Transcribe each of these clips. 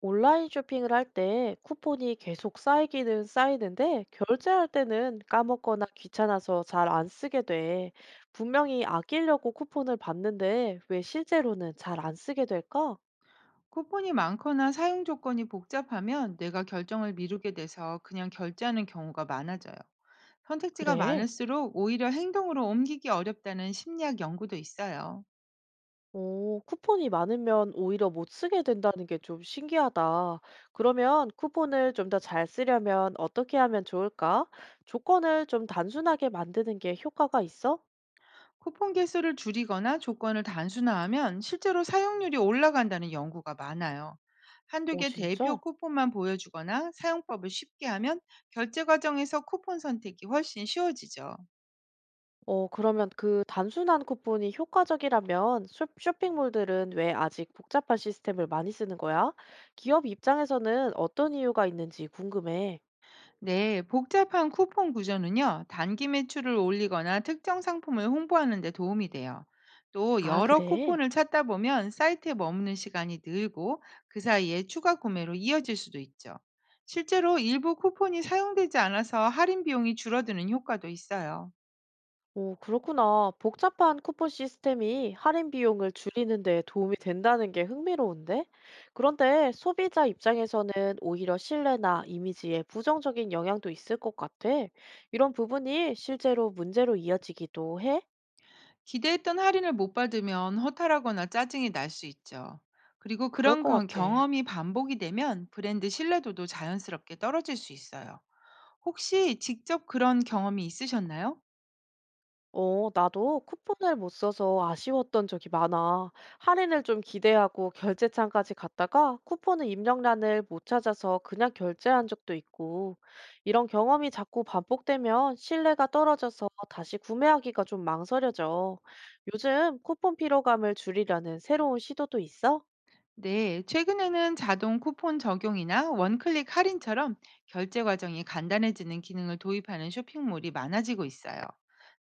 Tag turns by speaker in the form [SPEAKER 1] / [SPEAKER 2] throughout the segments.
[SPEAKER 1] 온라인 쇼핑을 할 때 쿠폰이 계속 쌓이기는 쌓이는데 결제할 때는 까먹거나 귀찮아서 잘 안 쓰게 돼. 분명히 아끼려고 쿠폰을 받는데 왜 실제로는 잘 안 쓰게 될까?
[SPEAKER 2] 쿠폰이 많거나 사용 조건이 복잡하면 내가 결정을 미루게 돼서 그냥 결제하는 경우가 많아져요. 선택지가
[SPEAKER 1] 그래.
[SPEAKER 2] 많을수록 오히려 행동으로 옮기기 어렵다는 심리학 연구도 있어요.
[SPEAKER 1] 오, 쿠폰이 많으면 오히려 못 쓰게 된다는 게 좀 신기하다. 그러면 쿠폰을 좀 더 잘 쓰려면 어떻게 하면 좋을까? 조건을 좀 단순하게 만드는 게 효과가 있어?
[SPEAKER 2] 쿠폰 개수를 줄이거나 조건을 단순화하면 실제로 사용률이 올라간다는 연구가 많아요. 한두
[SPEAKER 1] 오,
[SPEAKER 2] 개
[SPEAKER 1] 진짜?
[SPEAKER 2] 대표 쿠폰만 보여주거나 사용법을 쉽게 하면 결제 과정에서 쿠폰 선택이 훨씬 쉬워지죠.
[SPEAKER 1] 어 그러면 그 단순한 쿠폰이 효과적이라면 쇼핑몰들은 왜 아직 복잡한 시스템을 많이 쓰는 거야? 기업 입장에서는 어떤 이유가 있는지 궁금해.
[SPEAKER 2] 네, 복잡한 쿠폰 구조는요, 단기 매출을 올리거나 특정 상품을 홍보하는 데 도움이 돼요. 또
[SPEAKER 1] 아,
[SPEAKER 2] 여러
[SPEAKER 1] 그래?
[SPEAKER 2] 쿠폰을 찾다 보면 사이트에 머무는 시간이 늘고 그 사이에 추가 구매로 이어질 수도 있죠. 실제로 일부 쿠폰이 사용되지 않아서 할인 비용이 줄어드는 효과도 있어요.
[SPEAKER 1] 오, 그렇구나. 복잡한 쿠폰 시스템이 할인 비용을 줄이는 데 도움이 된다는 게 흥미로운데? 그런데 소비자 입장에서는 오히려 신뢰나 이미지에 부정적인 영향도 있을 것 같아. 이런 부분이 실제로 문제로 이어지기도 해?
[SPEAKER 2] 기대했던 할인을 못 받으면 허탈하거나 짜증이 날 수 있죠. 그리고
[SPEAKER 1] 그럴
[SPEAKER 2] 그런
[SPEAKER 1] 것 같아.
[SPEAKER 2] 경험이 반복이 되면 브랜드 신뢰도도 자연스럽게 떨어질 수 있어요. 혹시 직접 그런 경험이 있으셨나요?
[SPEAKER 1] 어, 나도 쿠폰을 못 써서 아쉬웠던 적이 많아. 할인을 좀 기대하고 결제창까지 갔다가 쿠폰의 입력란을 못 찾아서 그냥 결제한 적도 있고, 이런 경험이 자꾸 반복되면 신뢰가 떨어져서 다시 구매하기가 좀 망설여져. 요즘 쿠폰 피로감을 줄이려는 새로운 시도도 있어?
[SPEAKER 2] 네, 최근에는 자동 쿠폰 적용이나 원클릭 할인처럼 결제 과정이 간단해지는 기능을 도입하는 쇼핑몰이 많아지고 있어요.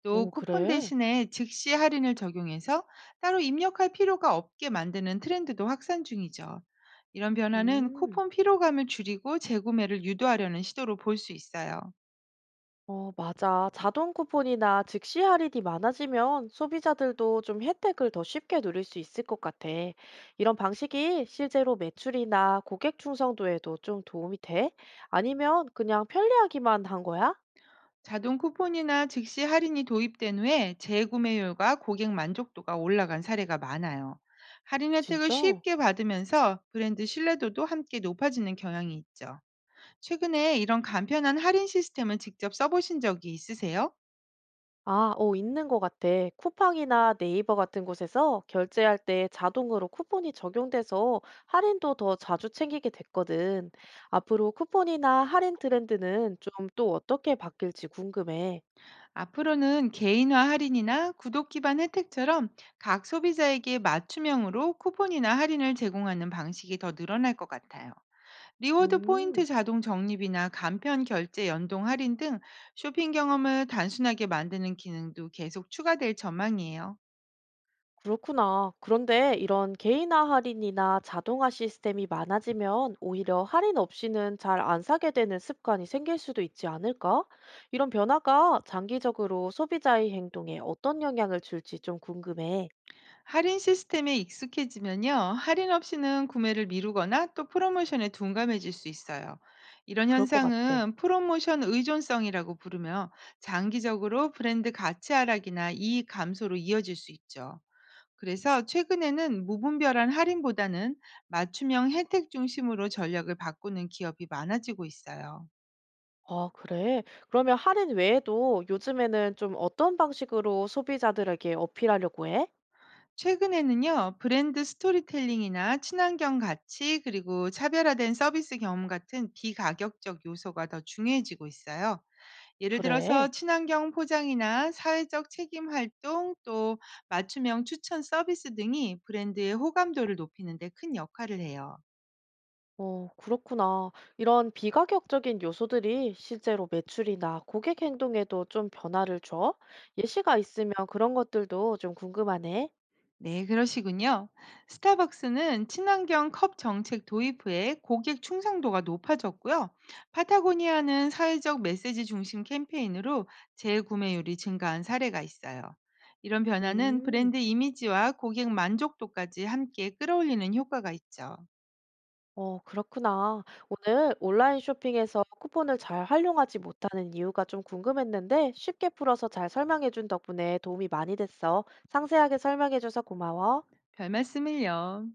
[SPEAKER 2] 또
[SPEAKER 1] 오,
[SPEAKER 2] 쿠폰
[SPEAKER 1] 그래?
[SPEAKER 2] 대신에 즉시 할인을 적용해서 따로 입력할 필요가 없게 만드는 트렌드도 확산 중이죠. 이런 변화는
[SPEAKER 1] 음.
[SPEAKER 2] 쿠폰 피로감을 줄이고 재구매를 유도하려는 시도로 볼 수 있어요.
[SPEAKER 1] 어, 맞아. 자동 쿠폰이나 즉시 할인이 많아지면 소비자들도 좀 혜택을 더 쉽게 누릴 수 있을 것 같아. 이런 방식이 실제로 매출이나 고객 충성도에도 좀 도움이 돼? 아니면 그냥 편리하기만 한 거야?
[SPEAKER 2] 자동 쿠폰이나 즉시 할인이 도입된 후에 재구매율과 고객 만족도가 올라간 사례가 많아요. 할인 혜택을
[SPEAKER 1] 진짜?
[SPEAKER 2] 쉽게 받으면서 브랜드 신뢰도도 함께 높아지는 경향이 있죠. 최근에 이런 간편한 할인 시스템을 직접 써보신 적이 있으세요?
[SPEAKER 1] 아, 어, 있는 것 같아. 쿠팡이나 네이버 같은 곳에서 결제할 때 자동으로 쿠폰이 적용돼서 할인도 더 자주 챙기게 됐거든. 앞으로 쿠폰이나 할인 트렌드는 좀 또 어떻게 바뀔지 궁금해.
[SPEAKER 2] 앞으로는 개인화 할인이나 구독 기반 혜택처럼 각 소비자에게 맞춤형으로 쿠폰이나 할인을 제공하는 방식이 더 늘어날 것 같아요. 리워드 포인트
[SPEAKER 1] 음,
[SPEAKER 2] 자동 적립이나 간편 결제 연동 할인 등 쇼핑 경험을 단순하게 만드는 기능도 계속 추가될 전망이에요.
[SPEAKER 1] 그렇구나. 그런데 이런 개인화 할인이나 자동화 시스템이 많아지면 오히려 할인 없이는 잘 안 사게 되는 습관이 생길 수도 있지 않을까? 이런 변화가 장기적으로 소비자의 행동에 어떤 영향을 줄지 좀 궁금해.
[SPEAKER 2] 할인 시스템에 익숙해지면요, 할인 없이는 구매를 미루거나 또 프로모션에 둔감해질 수 있어요. 이런
[SPEAKER 1] 그럴 것 같아.
[SPEAKER 2] 현상은 프로모션 의존성이라고 부르며 장기적으로 브랜드 가치 하락이나 이익 감소로 이어질 수 있죠. 그래서 최근에는 무분별한 할인보다는 맞춤형 혜택 중심으로 전략을 바꾸는 기업이 많아지고 있어요.
[SPEAKER 1] 아, 그래? 그러면 할인 외에도 요즘에는 좀 어떤 방식으로 소비자들에게 어필하려고 해?
[SPEAKER 2] 최근에는요, 브랜드 스토리텔링이나 친환경 가치, 그리고 차별화된 서비스 경험 같은 비가격적 요소가 더 중요해지고 있어요. 예를 들어서
[SPEAKER 1] 그래.
[SPEAKER 2] 친환경 포장이나 사회적 책임 활동, 또 맞춤형 추천 서비스 등이 브랜드의 호감도를 높이는 데 큰 역할을 해요.
[SPEAKER 1] 어, 그렇구나. 이런 비가격적인 요소들이 실제로 매출이나 고객 행동에도 좀 변화를 줘? 예시가 있으면 그런 것들도 좀 궁금하네.
[SPEAKER 2] 네, 그러시군요. 스타벅스는 친환경 컵 정책 도입 후에 고객 충성도가 높아졌고요. 파타고니아는 사회적 메시지 중심 캠페인으로 재구매율이 증가한 사례가 있어요. 이런 변화는
[SPEAKER 1] 음,
[SPEAKER 2] 브랜드 이미지와 고객 만족도까지 함께 끌어올리는 효과가 있죠.
[SPEAKER 1] 어, 그렇구나. 오늘 온라인 쇼핑에서 쿠폰을 잘 활용하지 못하는 이유가 좀 궁금했는데 쉽게 풀어서 잘 설명해준 덕분에 도움이 많이 됐어. 상세하게 설명해줘서 고마워.
[SPEAKER 2] 별 말씀을요.